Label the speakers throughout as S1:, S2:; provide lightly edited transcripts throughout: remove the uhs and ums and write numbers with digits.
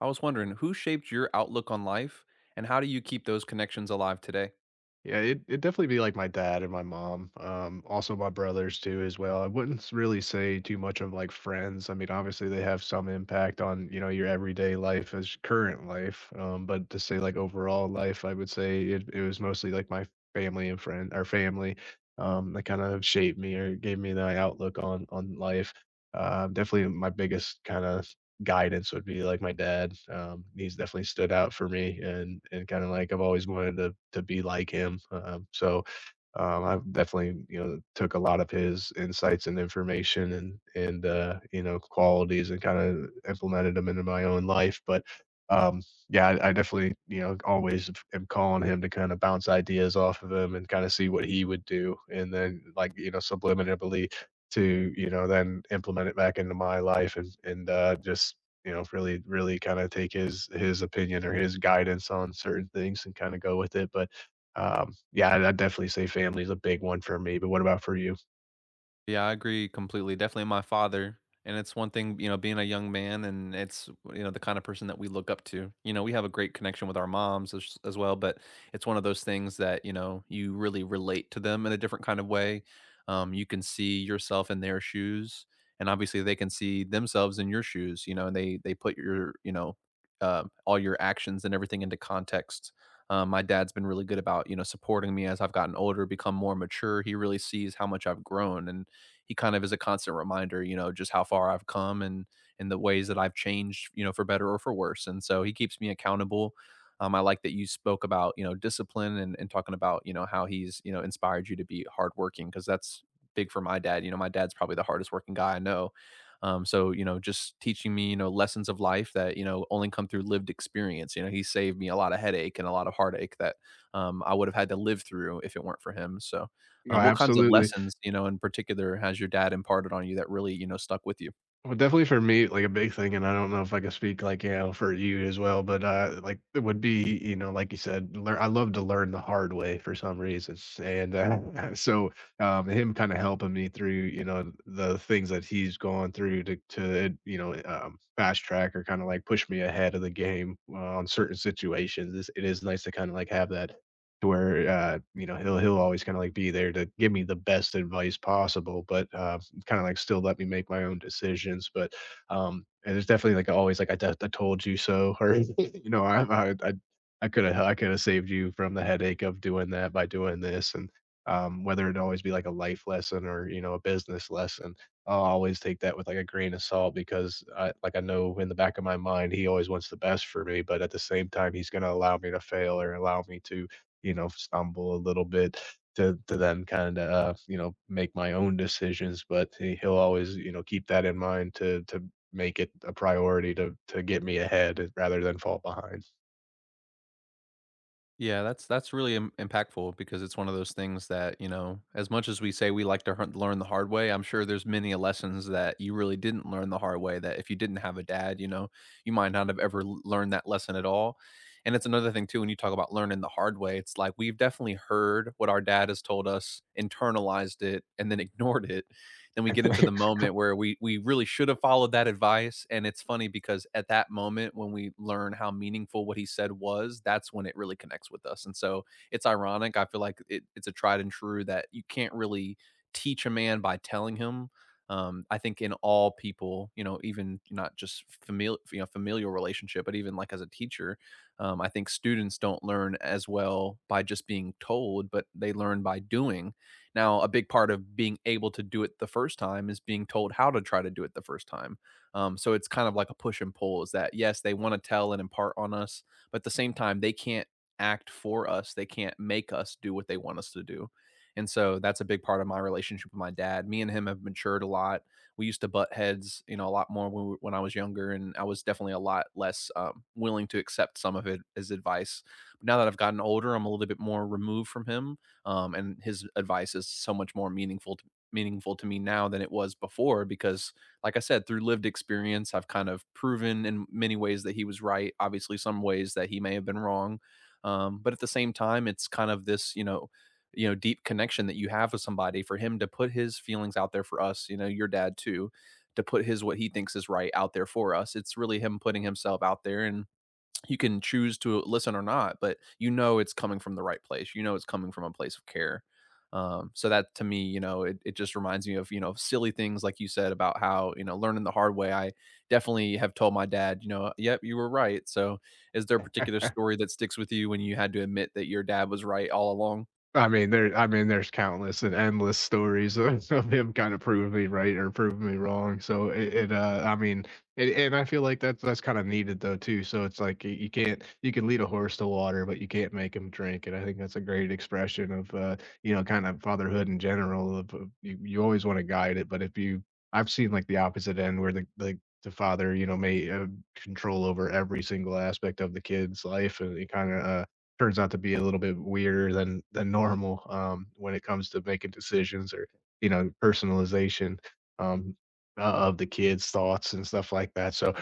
S1: I was wondering who shaped your outlook on life and how do you keep those connections alive today?
S2: Yeah, it'd definitely be like my dad and my mom, also my brothers too as well. I wouldn't s really say too much of, like, friends. I mean, obviously, they have some impact on, you know, your everyday life as current life, but to say, like, overall life, I would say it was mostly, like, my family and friend our family, that kind of shaped me or gave me the outlook on life. Definitely my biggest kinda guidance would be like my dad. He's definitely stood out for me and kind of like I've always wanted to be like him. I've definitely, you know, took a lot of his insights and information and you know, qualities and kinda implemented them into my own life, but, um, yeah, I definitely, you know, always am calling him to kinda bounce ideas off of him and kinda see what he would do, and then, like, you know, subliminally to, you know, then implement it back into my life and just, you know, really kinda take his opinion or his guidance on certain things and kinda go with it, but yeah, I'd definitely say family is a big one for me, but what about for you?
S1: Yeah, I agree completely. Definitely my father. And it's one thing, you know, being a young man and it's, you know, the kind of person that we look up to. You know, we have a great connection with our moms as well, but it's one of those things that, you know, you really relate to them in a different kind of way. You can see yourself in their shoes, and obviously they can see themselves in your shoes, you know, and they put your, you know, all your actions and everything into context. My dad's been really good about, you know, supporting me as I've gotten older, become more mature. He really sees how much I've grown, and he kind of is a constant reminder, you know, just how far I've come, and the ways that I've changed, you know, for better or for worse. And so he keeps me accountable. I like that you spoke about, you know, discipline, and talking about, you know, how he's, you know, inspired you to be hardworking, because that's big for my dad. You know, my dad's probably the hardest working guy I know. So, you know, just teaching me, you know, lessons of life that, you know, only come through lived experience. You know, he saved me a lot of headache and a lot of heartache that I would have had to live through if it weren't for him. So,
S2: No,
S1: um, what kinds of
S2: absolutely.
S1: lessons, you know, in particular has your dad imparted on you that really, you know, stuck with you?
S2: Well, definitely for me, like a big thing, and I don't know if I can speak like, you know, for you as well, but like it would be, you know, like you said, learn I love to learn the hard way for some reason. And so him kind of helping me through, you know, the things that he's gone through to you know, fast track or kind of like push me ahead of the game on certain situations. It is nice to kind of like have that to where you know, he'll always kind of like be there to give me the best advice possible, but kind of like still let me make my own decisions. But and it's definitely like always like I told you so, or you know, could have I could have saved you from the headache of doing that by doing this, and whether it always be like a life lesson or you know a business lesson, I'll always take that with like a grain of salt because I know in the back of my mind he always wants the best for me, but at the same time he's going to allow me to fail or allow me to you know stumble a little bit to then kind of you know make my own decisions. But he'll always you know keep that in mind to make it a priority to get me ahead rather than fall behind.
S1: Yeah, that's really im impactful, because it's one of those things that, you know, as much as we say we like to hard learn the hard way, I'm sure there's many a lessons that you really didn't learn the hard way, that if you didn't have a dad, you know, you might not have ever l learned that lesson at all. And it's another thing too, when you talk about learning the hard way, it's like we've definitely heard what our dad has told us, internalized it, and then ignored it. Then we get into the moment where we really should have followed that advice, and it's funny because at that moment when we learn how meaningful what he said was, that's when it really connects with us. And so it's ironic. I feel like it's a tried and true that you can't really teach a man by telling him. I think in all people, you know, even not just familial relationship, but even like as a teacher, I think students don't learn as well by just being told, but they learn by doing. Now, a big part of being able to do it the first time is being told how to try to do it the first time. So it's kind of like a push and pull, is that, yes, they want to tell and impart on us, but at the same time, they can't act for us. They can't make us do what they want us to do. And so that's a big part of my relationship with my dad. Me and him have matured a lot. We used to butt heads, you know, a lot more when, when I was younger, and I was definitely a lot less willing to accept some of it as advice. But now that I've gotten older, I'm a little bit more removed from him, and his advice is so much more meaningful to me now than it was before, because like I said, through lived experience, I've kind of proven in many ways that he was right, obviously some ways that he may have been wrong. But at the same time, it's kind of this, you know, you know, deep connection that you have with somebody, for him to put his feelings out there for us, you know, your dad too, to put his what he thinks is right out there for us. It's really him putting himself out there, and you can choose to listen or not, but you know it's coming from the right place. You know it's coming from a place of care. So that to me, you know, it just reminds me of, you know, silly things like you said about how, you know, learning the hard way. I definitely have told my dad, you know, yep, you were right. So is there a particular story that sticks with you when you had to admit that your dad was right all along?
S2: I mean, there's countless and endless stories of him kinda proving me right or proving me wrong, so I mean and I feel like that's kinda needed though too, so it's like you can't you can lead a horse to water, but you can't make him drink, and I think that's a great expression of, you know, kind of fatherhood in general of you you always wanna guide it, but if you I've seen, like, the opposite end where the father, you know, may control over every single aspect of the kid's life, and it kinda, turns out to be a little bit weirder than normal when it comes to making decisions or you know personalization. um, of the kids' thoughts and stuff like that. So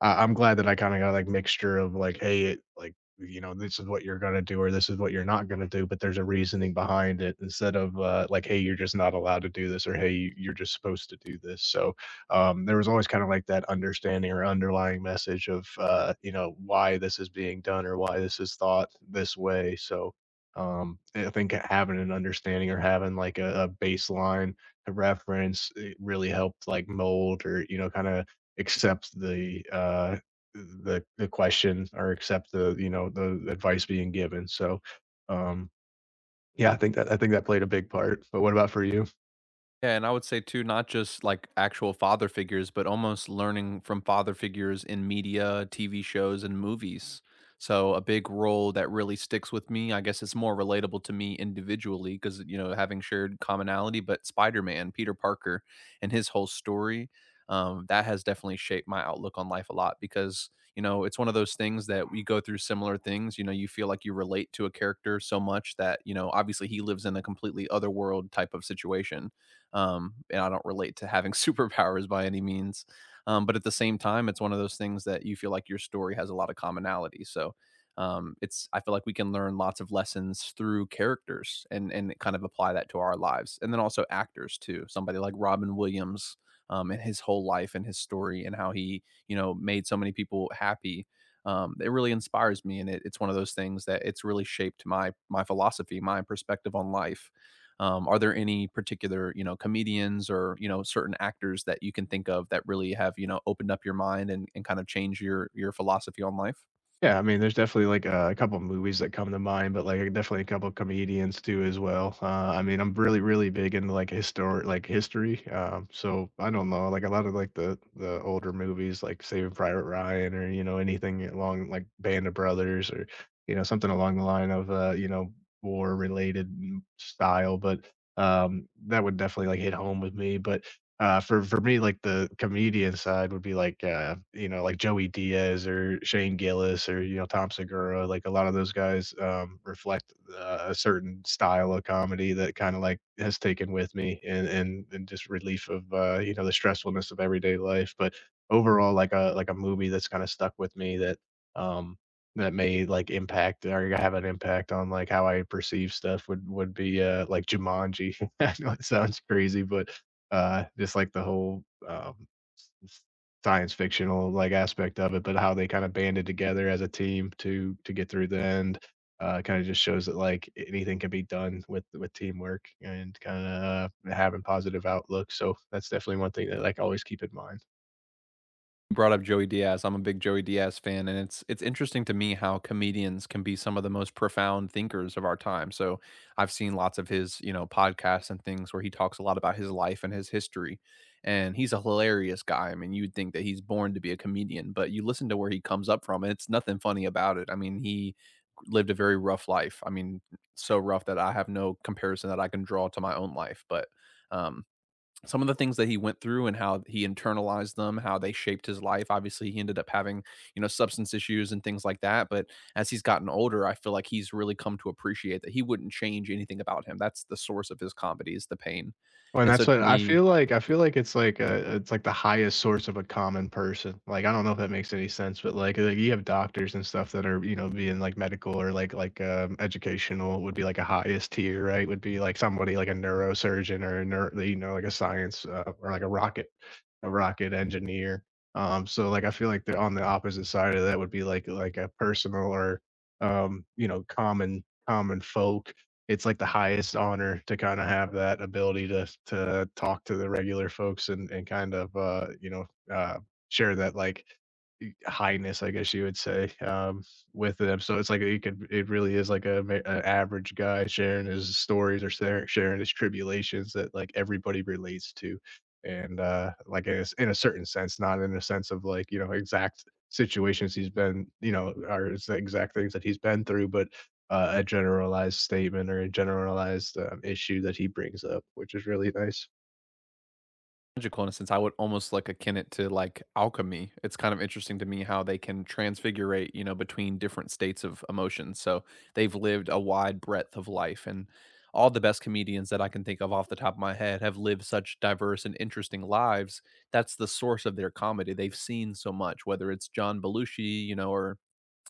S2: I'm glad that I kind of got like mixture of like, hey, like you know this is what you're gonna do or this is what you're not gonna do, but there's a reasoning behind it instead of like, hey, you're just not allowed to do this or hey, you're just supposed to do this. So there was always kind of like that understanding or underlying message of you know why this is being done or why this is thought this way. So I think having an understanding or having like a baseline to reference it really helped like mold or you know kind of accept the the question or accept the you know the advice being given. So um, yeah, I think that played a big part. But what about for you?
S1: Yeah, and I would say too, not just like actual father figures, but almost learning from father figures in media, TV shows, and movies. So a big role that really sticks with me. I guess it's more relatable to me individually because you know having shared commonality. But Spider Man, Peter Parker, and his whole story, that has definitely shaped my outlook on life a lot, because you know it's one of those things that we go through similar things. You know, you feel like you relate to a character so much that you know obviously he lives in a completely other world type of situation, and I don't relate to having superpowers by any means. But at the same time, it's one of those things that you feel like your story has a lot of commonality. So it's I feel like we can learn lots of lessons through characters, and kind of apply that to our lives, and then also actors too. Somebody like Robin Williams, and his whole life and his story and how he you know made so many people happy. It really inspires me, and it's one of those things that it's really shaped my philosophy, my perspective on life. Are there any particular, you know, comedians, or, you know, certain actors that you can think of that really have, you know, opened up your mind, and kind of changed your philosophy on life?
S2: Yeah, I mean, there's definitely, like, a couple movies that come to mind, but, like, definitely a couple comedians too as well. I mean, I'm really big into, like, historic, like, history, so I don't know, like, a lot of, like, the older movies, like Saving Private Ryan or, you know, anything along, like, Band of Brothers or, you know, something along the line of, you know, war-related style, but, that would definitely, like, hit home with me, but for me, like, the comedian side would be, like, you know, like, Joey Diaz or Shane Gillis or, you know, Tom Segura, like, a lot of those guys, reflect, a certain style of comedy that kinda, like, has taken with me and just relief of, you know, the stressfulness of everyday life, but overall, like a movie that's kinda stuck with me that, um, that may, like, impact or have an impact on, like, how I perceive stuff would be, like, Jumanji. I know it sounds crazy, but, just like the whole, s science fictional, like, aspect of it, but how they kinda banded together as a team to get through the end, kinda just shows that, like, anything can be done with teamwork and kinda having positive outlook, so that's definitely one thing that, like, I always keep in mind.
S1: Brought up Joey Diaz. I'm a big Joey Diaz fan, and it's interesting to me how comedians can be some of the most profound thinkers of our time. So I've seen lots of his, you know, podcasts and things where he talks a lot about his life and his history. And he's a hilarious guy. I mean, you'd think that he's born to be a comedian, but you listen to where he comes up from, and it's nothing funny about it. I mean, he lived a very rough life. I mean, so rough that I have no comparison that I can draw to my own life. But um, some of the things that he went through and how he internalized them, how they shaped his life. Obviously, he ended up having, you know, substance issues and things like that. But as he's gotten older, I feel like he's really come to appreciate that he wouldn't change anything about him. That's the source of his comedy is the pain.
S2: Well, and
S1: And so
S2: that's
S1: to
S2: what
S1: me,
S2: I feel like it's like the highest source of a common person. Like, I don't know if that makes any sense, but, like, you have doctors and stuff that are, you know, being, like, medical or, like, educational would be, like, a highest tier, right? Would be, like, somebody like a neurosurgeon or a neuro, you know, like a science, or like a rocket engineer. So, like, I feel like they're on the opposite side of that would be, like, a personal or, you know, common folk. It's like the highest honor to kind of have that ability to talk to the regular folks and kind of you know uh, share that like highness, I guess you would say, with them. So it's like you could, it really is like a, ma- average guy sharing his stories or sharing his tribulations that like everybody relates to, and like in in a certain sense, not in a sense of like you know exact situations he's been, you know, or it's the exact things that he's been through, but a generalized statement or a generalized issue that he brings up, which is really nice.
S1: magical in a sense. I would almost like akin it to like alchemy. It's kind of interesting to me how they can transfigurate, you know, between different states of emotion. So they've lived a wide breadth of life, and all the best comedians that I can think of off the top of my head have lived such diverse and interesting lives. That's the source of their comedy. They've seen so much, whether it's John Belushi, or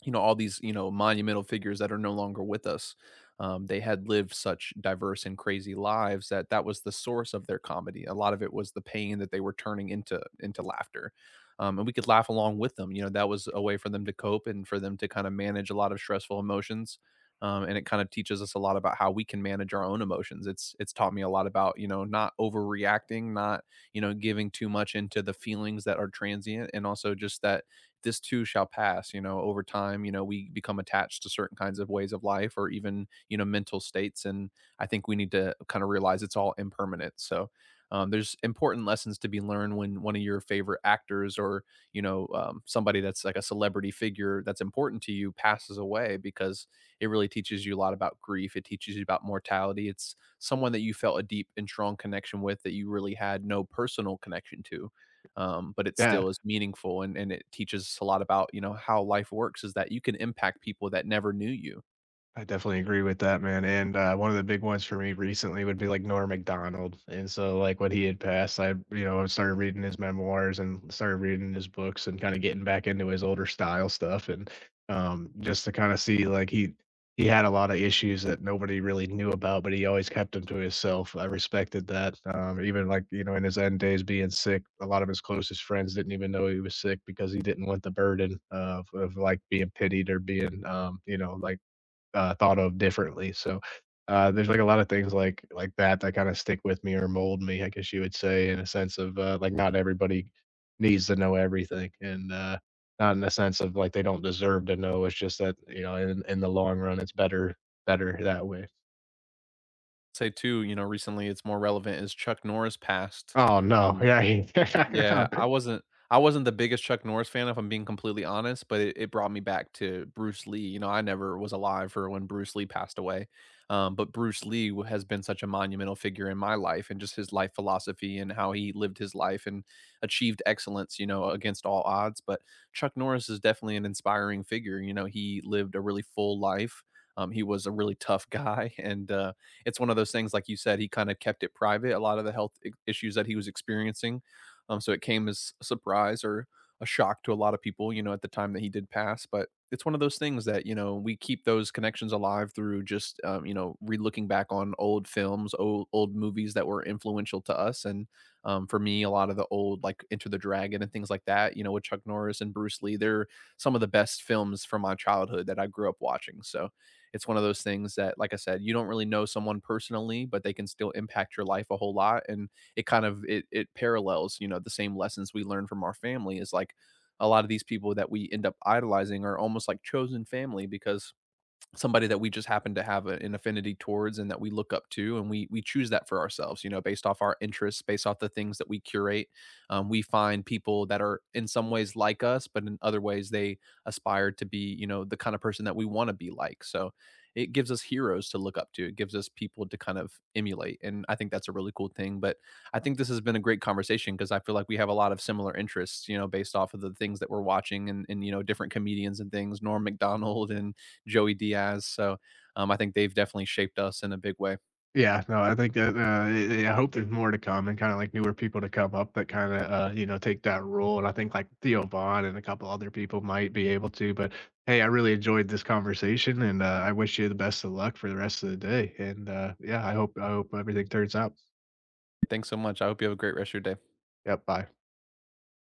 S1: all these monumental figures that are no longer with us. They had lived such diverse and crazy lives that was the source of their comedy. A lot of it was the pain that they were turning into laughter, and we could laugh along with them. That was a way for them to cope and for them to kind of manage a lot of stressful emotions, and it kind of teaches us a lot about how we can manage our own emotions. It's taught me a lot about not overreacting, not giving too much into the feelings that are transient, and also just that this too shall pass. Over time, we become attached to certain kinds of ways of life or even mental states, and I think we need to kind of realize it's all impermanent. So there's important lessons to be learned when one of your favorite actors or somebody that's like a celebrity figure that's important to you passes away, because it really teaches you a lot about grief. It teaches you about mortality. It's someone that you felt a deep and strong connection with that you really had no personal connection to, but it
S2: Yeah.
S1: still is meaningful, and it teaches us a lot about how life works, is that you can impact people that never knew you.
S2: I definitely agree with that, man. And one of the big ones for me recently would be like Norm Macdonald. And so, like, when he had passed, I, you know, started reading his memoirs and started reading his books and kind of getting back into his older style stuff. And just to kind of see, he had a lot of issues that nobody really knew about, but he always kept them to himself. I respected that. Even like, you know, in his end days being sick, a lot of his closest friends didn't even know he was sick because he didn't want the burden of like being pitied or being, you know, like, thought of differently. So, there's like a lot of things like that that kind of stick with me or mold me, I guess you would say, in a sense of like not everybody needs to know everything, and not in the sense of like they don't deserve to know. It's just that you know, in the long run, it's better that way.
S1: Say too, recently, it's more relevant, is Chuck Norris passed.
S2: Oh no!
S1: um,
S2: Yeah.
S1: Yeah, I wasn't I wasn't the biggest Chuck Norris fan, if I'm being completely honest, but it brought me back to Bruce Lee. You know, I never was alive for when Bruce Lee passed away, but Bruce Lee w has been such a monumental figure in my life, and just his life philosophy and how he lived his life and achieved excellence, you know, against all odds. But Chuck Norris is definitely an inspiring figure. You know, he lived a really full life. He was a really tough guy, it's one of those things, like you said, he kinda kept it private, a lot of the health I issues that he was experiencing, so it came as a surprise or a shock to a lot of people, you know, at the time that he did pass. But it's one of those things that we keep those connections alive through just you know, re-looking back on old films, old movies that were influential to us. And for me, a lot of the old, like Enter the Dragon and things like that, you know, with Chuck Norris and Bruce Lee, they're some of the best films from my childhood that I grew up watching. So it's one of those things that, like I said, you don't really know someone personally, but they can still impact your life a whole lot. And it kind of it parallels, the same lessons we learn from our family, is like a lot of these people that we end up idolizing are almost like chosen family, because somebody that we just happen to have a, an affinity towards, and that we look up to, and we choose that for ourselves, based off our interests, based off the things that we curate. We find people that are in some ways like us, but in other ways they aspire to be, you know, the kind of person that we want to be like. So it gives us heroes to look up to, it gives us people to kind of emulate, and I think that's a really cool thing. But I think this has been a great conversation, because I feel like we have a lot of similar interests, based off of the things that we're watching, and you know, different comedians and things. Norm Macdonald and Joey Diaz. So I think they've definitely shaped us in a big way.
S2: Yeah, no, I think that, I hope there's more to come and kinda, like, newer people to come up that kinda, you know, take that role, and I think, like, Theo Vaughn and a couple other people might be able to, but, hey, I really enjoyed this conversation, and, I wish you the best of luck for the rest of the day, and, yeah, I hope everything turns out.
S1: Thanks so much. I hope you have a great rest of your day.
S2: Yep, bye.